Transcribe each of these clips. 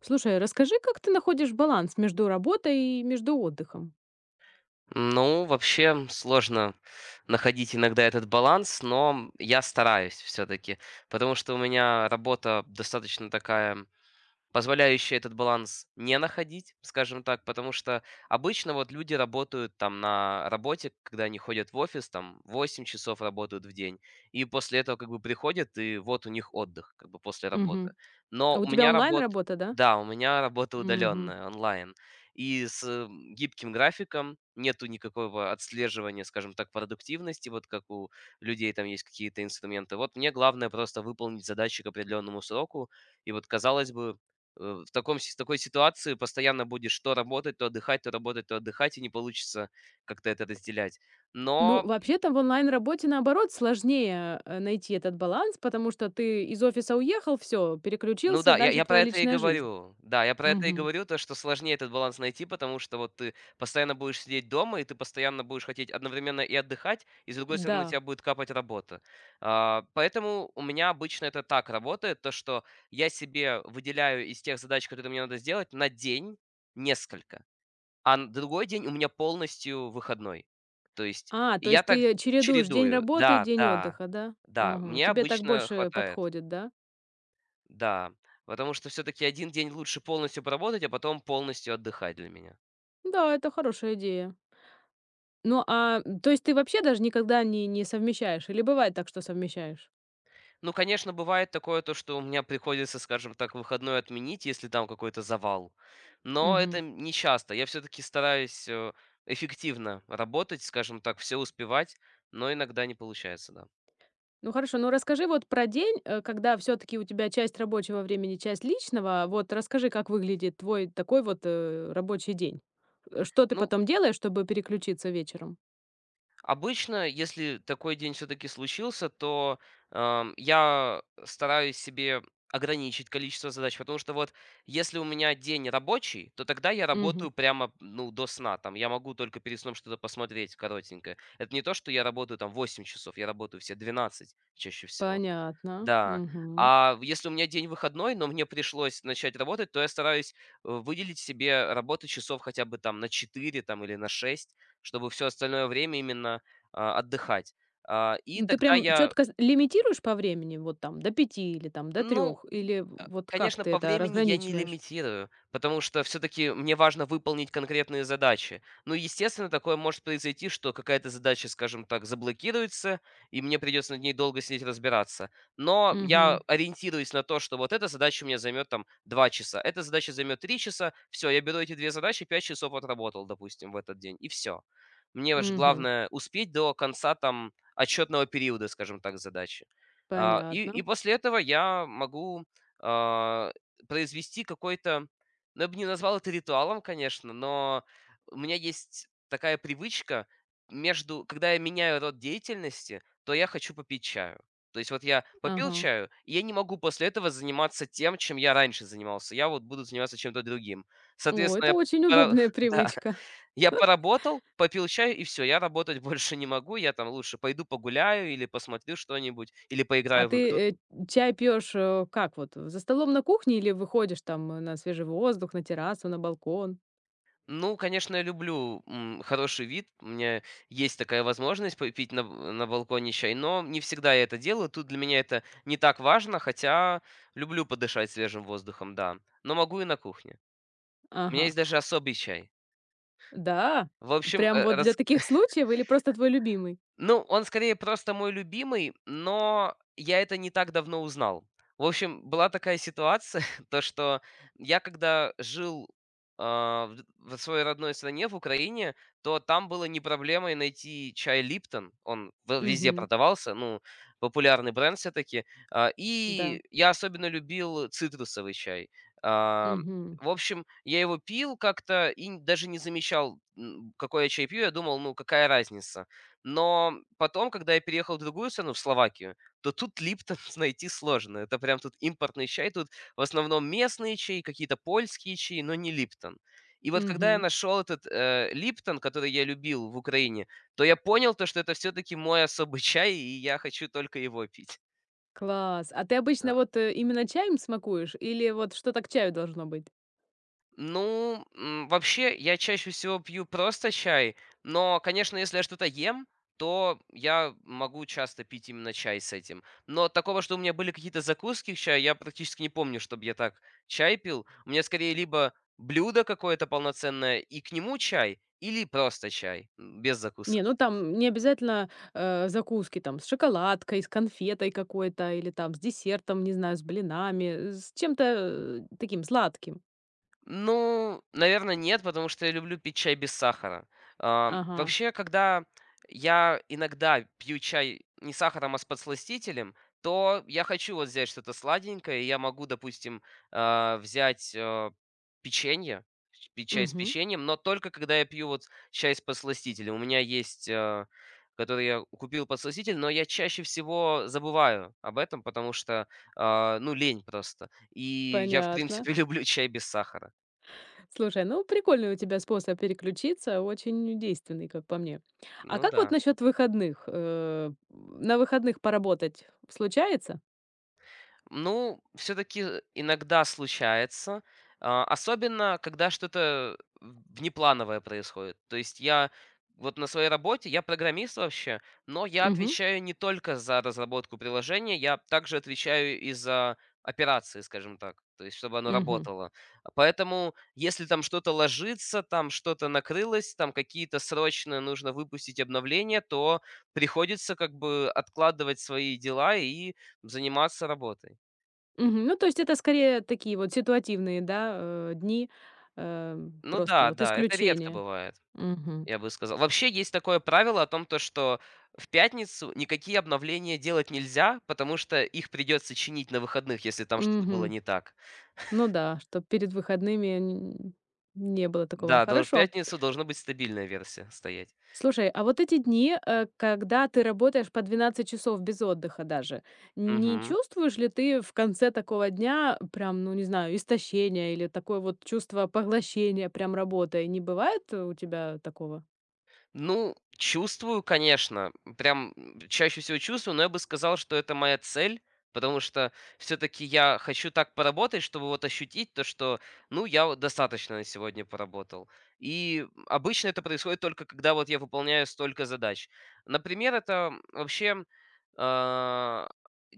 Слушай, расскажи, как ты находишь баланс между работой и между отдыхом? Ну, вообще сложно находить иногда этот баланс, но я стараюсь все-таки, потому что у меня работа достаточно такая позволяющая этот баланс не находить, скажем так, потому что обычно вот люди работают там на работе, когда они ходят в офис, там 8 часов работают в день, и после этого как бы приходят, и вот у них отдых как бы после работы. Мгм. Но А у у тебя меня работа, онлайн-работа, да? да, у меня работа Мгм. удаленная, онлайн, и с гибким графиком нету никакого отслеживания, скажем так, продуктивности, вот как у людей там есть какие-то инструменты. Вот мне главное просто выполнить задачи к определенному сроку, и вот казалось бы, с такой ситуации постоянно будешь то работать, то отдыхать, то работать, то отдыхать, и не получится как-то это разделять. Ну, Но, вообще-то в онлайн-работе, наоборот, сложнее найти этот баланс, потому что ты из офиса уехал, все, ну переключился, да, я, дальше я про твоя это и личная жизнь. говорю. Да, я про это и Мгм. говорю, то, что сложнее этот баланс найти, потому что вот ты постоянно будешь сидеть дома, и ты постоянно будешь хотеть одновременно и отдыхать, и с другой стороны у Да. тебя будет капать работа. Поэтому у меня обычно это так работает, то, что я себе выделяю из тех задач, которые мне надо сделать, на день несколько. А н другой день у меня полностью выходной. То есть А, то я есть так ты чередуешь день чередую. работы, Да, день да, отдыха, да? да, Ага. мне Тебе так обычно больше хватает. подходит, да? Да, потому что все таки один день лучше полностью поработать, а потом полностью отдыхать для меня. Да, это хорошая идея. Ну, а то есть ты вообще даже никогда не совмещаешь? Или бывает так, что совмещаешь? Ну, конечно, бывает такое, то что у меня приходится, скажем так, выходной отменить, если там какой-то завал, но это Мгм. не часто. Я все таки стараюсь, эффективно работать, скажем так, все успевать, но иногда не получается, да. Ну хорошо, ну расскажи вот про день, когда все таки у тебя часть рабочего времени, часть личного. Вот расскажи, как выглядит твой такой вот, рабочий день. Что ты Ну, потом делаешь, чтобы переключиться вечером? обычно, если такой день все-таки случился, то я стараюсь себе ограничить количество задач, потому что вот если у меня день рабочий, то тогда я работаю Мгм. прямо ну, до сна, там я могу только перед сном что-то посмотреть коротенькое. Это не то, что я работаю там 8 часов, я работаю все 12 чаще всего. Понятно. Да. Мгм. А в если у меня день выходной, но мне пришлось начать работать, то я стараюсь, выделить себе работы часов хотя бы там на 4 там или на 6, чтобы все остальное время именно, отдыхать. А, и Ну ты тогда прям я четко лимитируешь по времени, вот там до пяти или там до Ну, трех, или вот как конечно, ты по это времени я не разграничиваешь? лимитирую, потому что все таки мне важно выполнить конкретные задачи. Ну, естественно, такое может произойти, что какая-то задача, скажем так, заблокируется, и мне придется над ней долго сидеть разбираться. Но я Мгм. ориентируюсь на то, что вот эта задача у меня займет там 2 часа, эта задача займет 3 часа. Все, я беру эти 2 задачи, 5 часов отработал, допустим, в этот день, и все. Мне же Мгм. главное успеть до конца там отчетного периода, скажем так, задачи. И Понятно. после этого я могу а, произвести какой-то, ну, я бы не назвал это ритуалом, конечно, но у меня есть такая привычка когда я меняю род деятельности, то я хочу попить чаю. То есть вот я попил Ага. чаю, и я не могу после этого заниматься тем, чем я раньше занимался. Я вот буду заниматься чем-то другим. О, Соответственно, это очень удобная да, привычка. я поработал, попил чаю, и все, я работать больше не могу. Я там лучше пойду погуляю или посмотрю что-нибудь, или А поиграю в ты, игру. Чай пьешь, как вот, за столом на кухне или выходишь там, на свежий воздух, на террасу, на балкон? Ну, конечно, я люблю, хороший вид. У меня есть такая возможность попить на балконе чай, но не всегда я это делаю. Тут для меня это не так важно, хотя люблю подышать свежим воздухом, да. Но могу и на кухне. У меня Ага. есть даже особый чай. Да? В общем, Прям э, вот для таких случаев или просто твой любимый? Ну, он скорее просто мой любимый, но я это не так давно узнал. В общем, была такая ситуация, то что я когда жил в своей родной стране, в Украине, то там было не проблемой найти чай Липтон. Он везде Мгм. продавался, ну, популярный бренд все-таки. Да. И я особенно любил цитрусовый чай. А, Мгм. в общем, я его пил как-то и даже не замечал, какой я чай пью. Я думал, ну, какая разница. Но потом, когда я переехал в другую страну, в Словакию, то тут Липтон найти сложно. Это прям тут импортный чай, тут в основном местные чаи, какие-то польские чаи, но не Липтон. И вот когда я Мгм. нашел этот Липтон, который я любил в Украине, то я понял то, что это все-таки мой особый чай, и я хочу только его пить. Класс. А ты Да. обычно вот, именно чаем смакуешь или вот что-то к чаю должно быть? Ну, вообще, я чаще всего пью просто чай, но, конечно, если я что-то ем, то я могу часто пить именно чай с этим. Но такого, что у меня были какие-то закуски к чаю, я практически не помню, чтобы я так чай пил. У меня скорее либо блюдо какое-то полноценное и к нему чай, или просто чай без закусок. Не, ну там не обязательно, закуски там с шоколадкой, с конфетой какой-то или там с десертом, не знаю, с блинами, с чем-то, таким сладким. Ну, наверное, нет, потому что я люблю пить чай без сахара. Ага. Вообще, когда я иногда пью чай не с сахаром, а с подсластителем, то я хочу вот взять что-то сладенькое, и я могу, допустим, взять печенье, пить чай с Мгм. печеньем, но только когда я пью вот чай с подсластителем. У меня есть, который я купил подсластитель, но я чаще всего забываю об этом, потому что, ну, лень просто. И я, в Понятно. принципе, люблю чай без сахара. Слушай, ну прикольный у тебя способ переключиться, очень действенный, как по мне. А Ну как вот да. насчет выходных? На выходных поработать случается? Ну, все-таки иногда случается, особенно когда что-то внеплановое происходит. То есть я вот на своей работе, я программист вообще, но я Мгм, отвечаю не только за разработку приложения, я также отвечаю и за операции, скажем так, то есть чтобы оно мгм, работало. Поэтому если там что-то ложится, там что-то накрылось, там какие-то срочно нужно выпустить обновления, то приходится как бы откладывать свои дела и заниматься работой. мгм. Ну, то есть это скорее такие вот ситуативные, да, дни, э, Ну просто да, вот да, это редко исключения. бывает, Мгм, я бы сказал. Вообще есть такое правило о том, то, что в пятницу никакие обновления делать нельзя, потому что их придется чинить на выходных, если там что-то было мгм. не так. Ну да, чтобы перед выходными не было такого. Да, долж в Хорошо. пятницу должна быть стабильная версия стоять. Слушай, а вот эти дни, когда ты работаешь по 12 часов без отдыха даже, не Мгм. чувствуешь ли ты в конце такого дня прям, ну, не знаю, истощения или такое вот чувство поглощения прям работой? Не бывает у тебя такого? Ну, чувствую, конечно, прям, чаще всего чувствую, но я бы сказал, что это моя цель, потому что все-таки я хочу так поработать, чтобы вот ощутить то, что, ну, я вот достаточно на сегодня поработал. И обычно это происходит только когда вот я выполняю столько задач. Например, это вообще, а,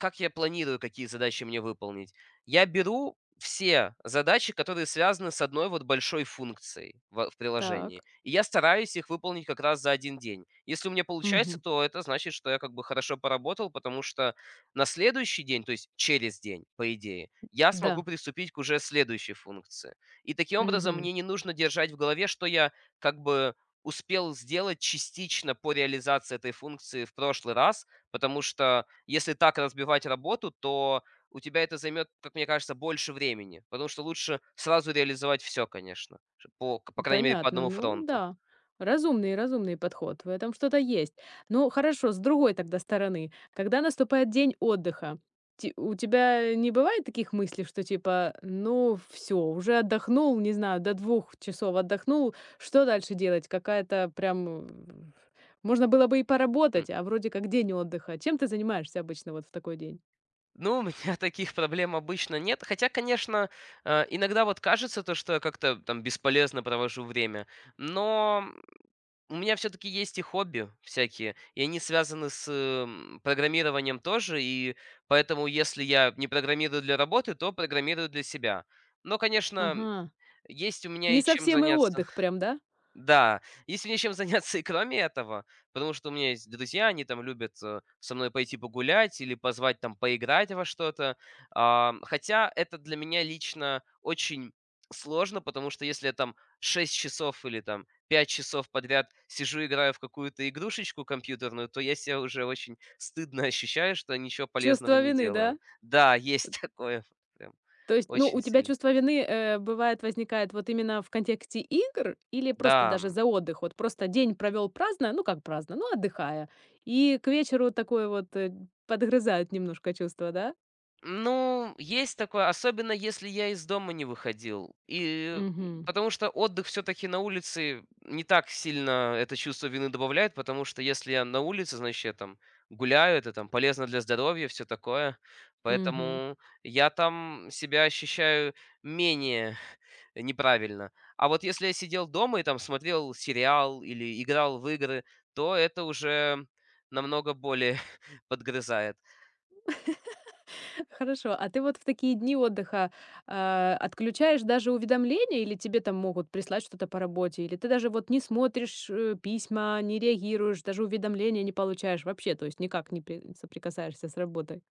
как я планирую, какие задачи мне выполнить. Я беру все задачи, которые связаны с одной вот большой функцией в Так. приложении. И я стараюсь их выполнить как раз за один день. Если у меня получается, Мгм. то это значит, что я как бы хорошо поработал, потому что на следующий день, то есть через день, по идее, я смогу Да. приступить к уже следующей функции. И таким образом Мгм. мне не нужно держать в голове, что я как бы успел сделать частично по реализации этой функции в прошлый раз, потому что если так разбивать работу, то у тебя это займет, как мне кажется, больше времени, потому что лучше сразу реализовать все, конечно, ш по крайней мере, по Понятно. одному Ну фронту. да, разумный подход. В этом что-то есть. Ну хорошо, с другой тогда стороны, когда наступает день отдыха, те у тебя не бывает таких мыслей, что типа: «Ну все, уже отдохнул, не знаю, до 2 часов отдохнул, что дальше делать?» Какая-то прям, можно было бы и М. поработать, а вроде как день отдыха. Чем ты занимаешься обычно вот в такой день? Ну, у меня таких проблем обычно нет, хотя, конечно, иногда вот кажется то, что я как-то там бесполезно провожу время, но у меня все таки есть и хобби всякие, и они связаны с программированием тоже, и поэтому, если я не программирую для работы, то программирую для себя. Но, конечно, Ага, есть у меня не и чем совсем и заняться. отдых прям, да? Да, если мне чем заняться и кроме этого, потому что у меня есть друзья, они там любят со мной пойти погулять или позвать там поиграть во что-то. Хотя это для меня лично очень сложно, потому что если я там 6 часов или там 5 часов подряд сижу, играю в какую-то игрушечку компьютерную, то я себя уже очень стыдно ощущаю, что ничего полезного Чувство не вины, да? делаю. Да, есть такое вот прям То есть, ну, очень у тебя сильно. чувство вины, бывает, возникает вот именно в контексте игр или просто Да. даже за отдых? Вот просто день провел праздно, ну, как праздно, ну, отдыхая, и к вечеру такое вот, подгрызает немножко чувство, да? Ну, есть такое, особенно если я из дома не выходил. И Мгм. потому что отдых все-таки на улице не так сильно это чувство вины добавляет, потому что если я на улице, значит, я там гуляю, это там полезно для здоровья, все такое. Мгм. Поэтому я там себя ощущаю менее неправильно. А вот если я сидел дома и там смотрел сериал или играл в игры, то это уже намного более подгрызает. Хорошо, а ты вот в такие дни отдыха, отключаешь даже уведомления, или тебе там могут прислать что-то по работе, или ты даже вот не смотришь, письма, не реагируешь, даже уведомления не получаешь вообще, то есть никак не при соприкасаешься с работой?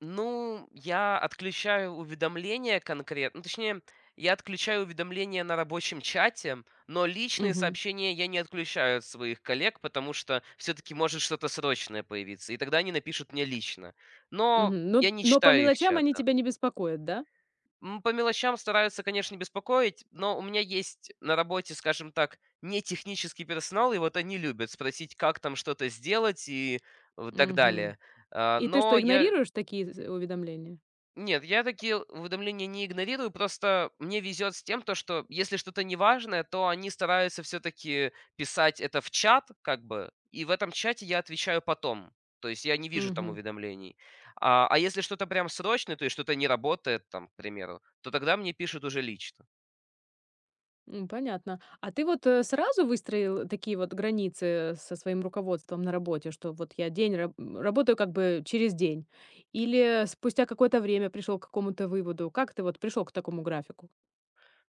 Ну, я отключаю уведомления конкретно. Ну, точнее, я отключаю уведомления на рабочем чате, но личные Мгм. сообщения я не отключаю от своих коллег, потому что все-таки может что-то срочное появиться, и тогда они напишут мне лично. Но Мгм. я Ну, не но по читаю их мелочам чат, они да. тебя не беспокоят, да? По мелочам стараются, конечно, не беспокоить, но у меня есть на работе, скажем так, не технический персонал, и вот они любят спросить, как там что-то сделать и так Мгм. далее. А, И ты Но что, я игнорируешь такие з уведомления? Нет, я такие уведомления не игнорирую, просто мне везет с тем, то, что если что-то неважное, то они стараются все-таки писать это в чат, как бы, и в этом чате я отвечаю потом. То есть я не вижу там Мгм. уведомлений. А если что-то прям срочное, то есть что-то не работает, там, к примеру, то тогда мне пишут уже лично. М, понятно. А ты вот, сразу выстроил такие вот границы со своим руководством на работе, что вот я день работаю как бы через день? Или спустя какое-то время пришел к какому-то выводу? Как ты вот пришел к такому графику?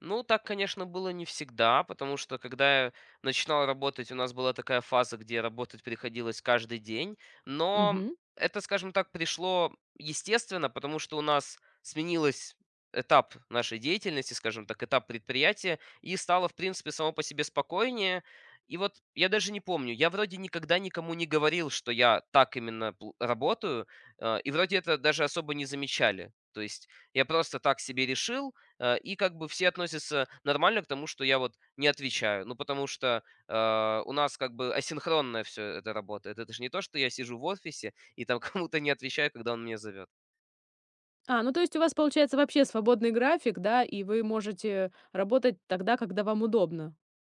Ну, так, конечно, было не всегда, потому что когда я начинал работать, у нас была такая фаза, где работать приходилось каждый день. Но Мгм. это, скажем так, пришло естественно, потому что у нас сменилось этап нашей деятельности, скажем так, этап предприятия, и стало, в принципе, само по себе спокойнее. И вот я даже не помню, я вроде никогда никому не говорил, что я так именно работаю, и вроде это даже особо не замечали. То есть я просто так себе решил, и как бы все относятся нормально к тому, что я вот не отвечаю. Ну, потому что, у нас как бы асинхронно все это работает. Это же не то, что я сижу в офисе и там кому-то не отвечаю, когда он меня зовет. А, ну то есть у вас получается вообще свободный график, да, и вы можете работать тогда, когда вам удобно.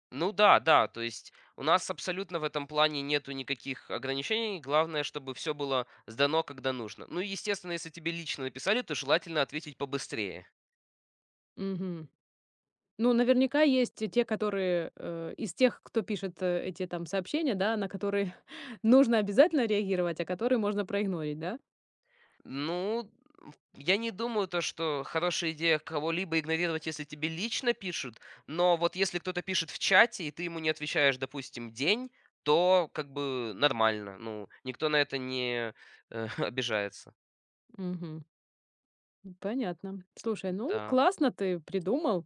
Ну да, да, то есть у нас абсолютно в этом плане нету никаких ограничений. Главное, чтобы все было сдано, когда нужно. Ну и, естественно, если тебе лично написали, то желательно ответить побыстрее. Мгм. Ну, наверняка есть и те, которые, из тех, кто пишет, эти там сообщения, да, на которые нужно обязательно реагировать, а которые можно проигнорить, да? Ну, я не думаю, то, что хорошая идея кого-либо игнорировать, если тебе лично пишут, но вот если кто-то пишет в чате, и ты ему не отвечаешь, допустим, день, то как бы нормально. Ну, никто на это не обижается. Мгм. Понятно. Слушай, ну Да. классно ты придумал,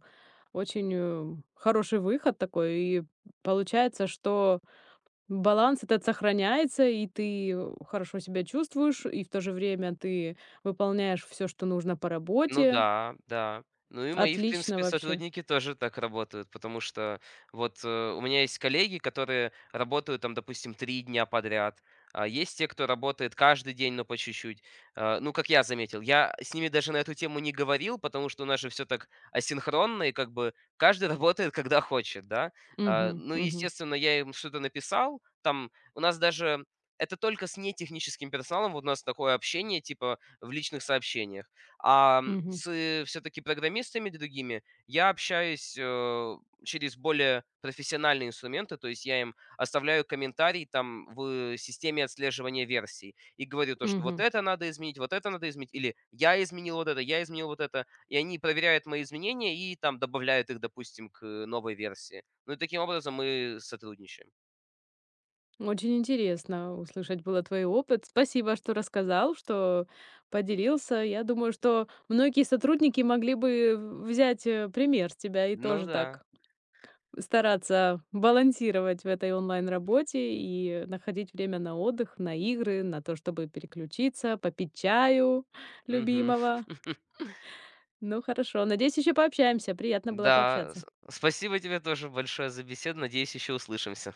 очень, хороший выход такой. И получается, что баланс этот сохраняется, и ты, хорошо себя чувствуешь, и в то же время ты выполняешь все, что нужно по Ну работе. да, да. Ну и мои, в Отлично принципе, вообще. сотрудники тоже так работают, потому что вот у меня есть коллеги, которые работают там, допустим, 3 дня подряд, а есть те, кто работает каждый день, но по чуть-чуть. Ну, как я заметил, я с ними даже на эту тему не говорил, потому что у нас же все так асинхронно, и как бы каждый работает, когда хочет, да. Мгм, Ну, мгм, естественно, я им что-то написал, там у нас даже... Это только с нетехническим персоналом, вот у нас такое общение, типа, в личных сообщениях. Мгм, С все-таки программистами другими я общаюсь, через более профессиональные инструменты, то есть я им оставляю комментарий там в системе отслеживания версий и говорю то, что вот мгм. это надо изменить, вот это надо изменить, или я изменил вот это, я изменил вот это, и они проверяют мои изменения и там добавляют их, допустим, к новой версии. Ну и таким образом мы сотрудничаем. Очень интересно услышать было твой опыт. Спасибо, что рассказал, что поделился. Я думаю, что многие сотрудники могли бы взять, пример с тебя и Ну тоже да. так стараться балансировать в этой онлайн-работе и находить время на отдых, на игры, на то, чтобы переключиться, попить чаю Мгм. любимого. Ну, хорошо. Надеюсь, еще пообщаемся. Приятно было Да, пообщаться. Спасибо тебе тоже большое за беседу. Надеюсь, еще услышимся.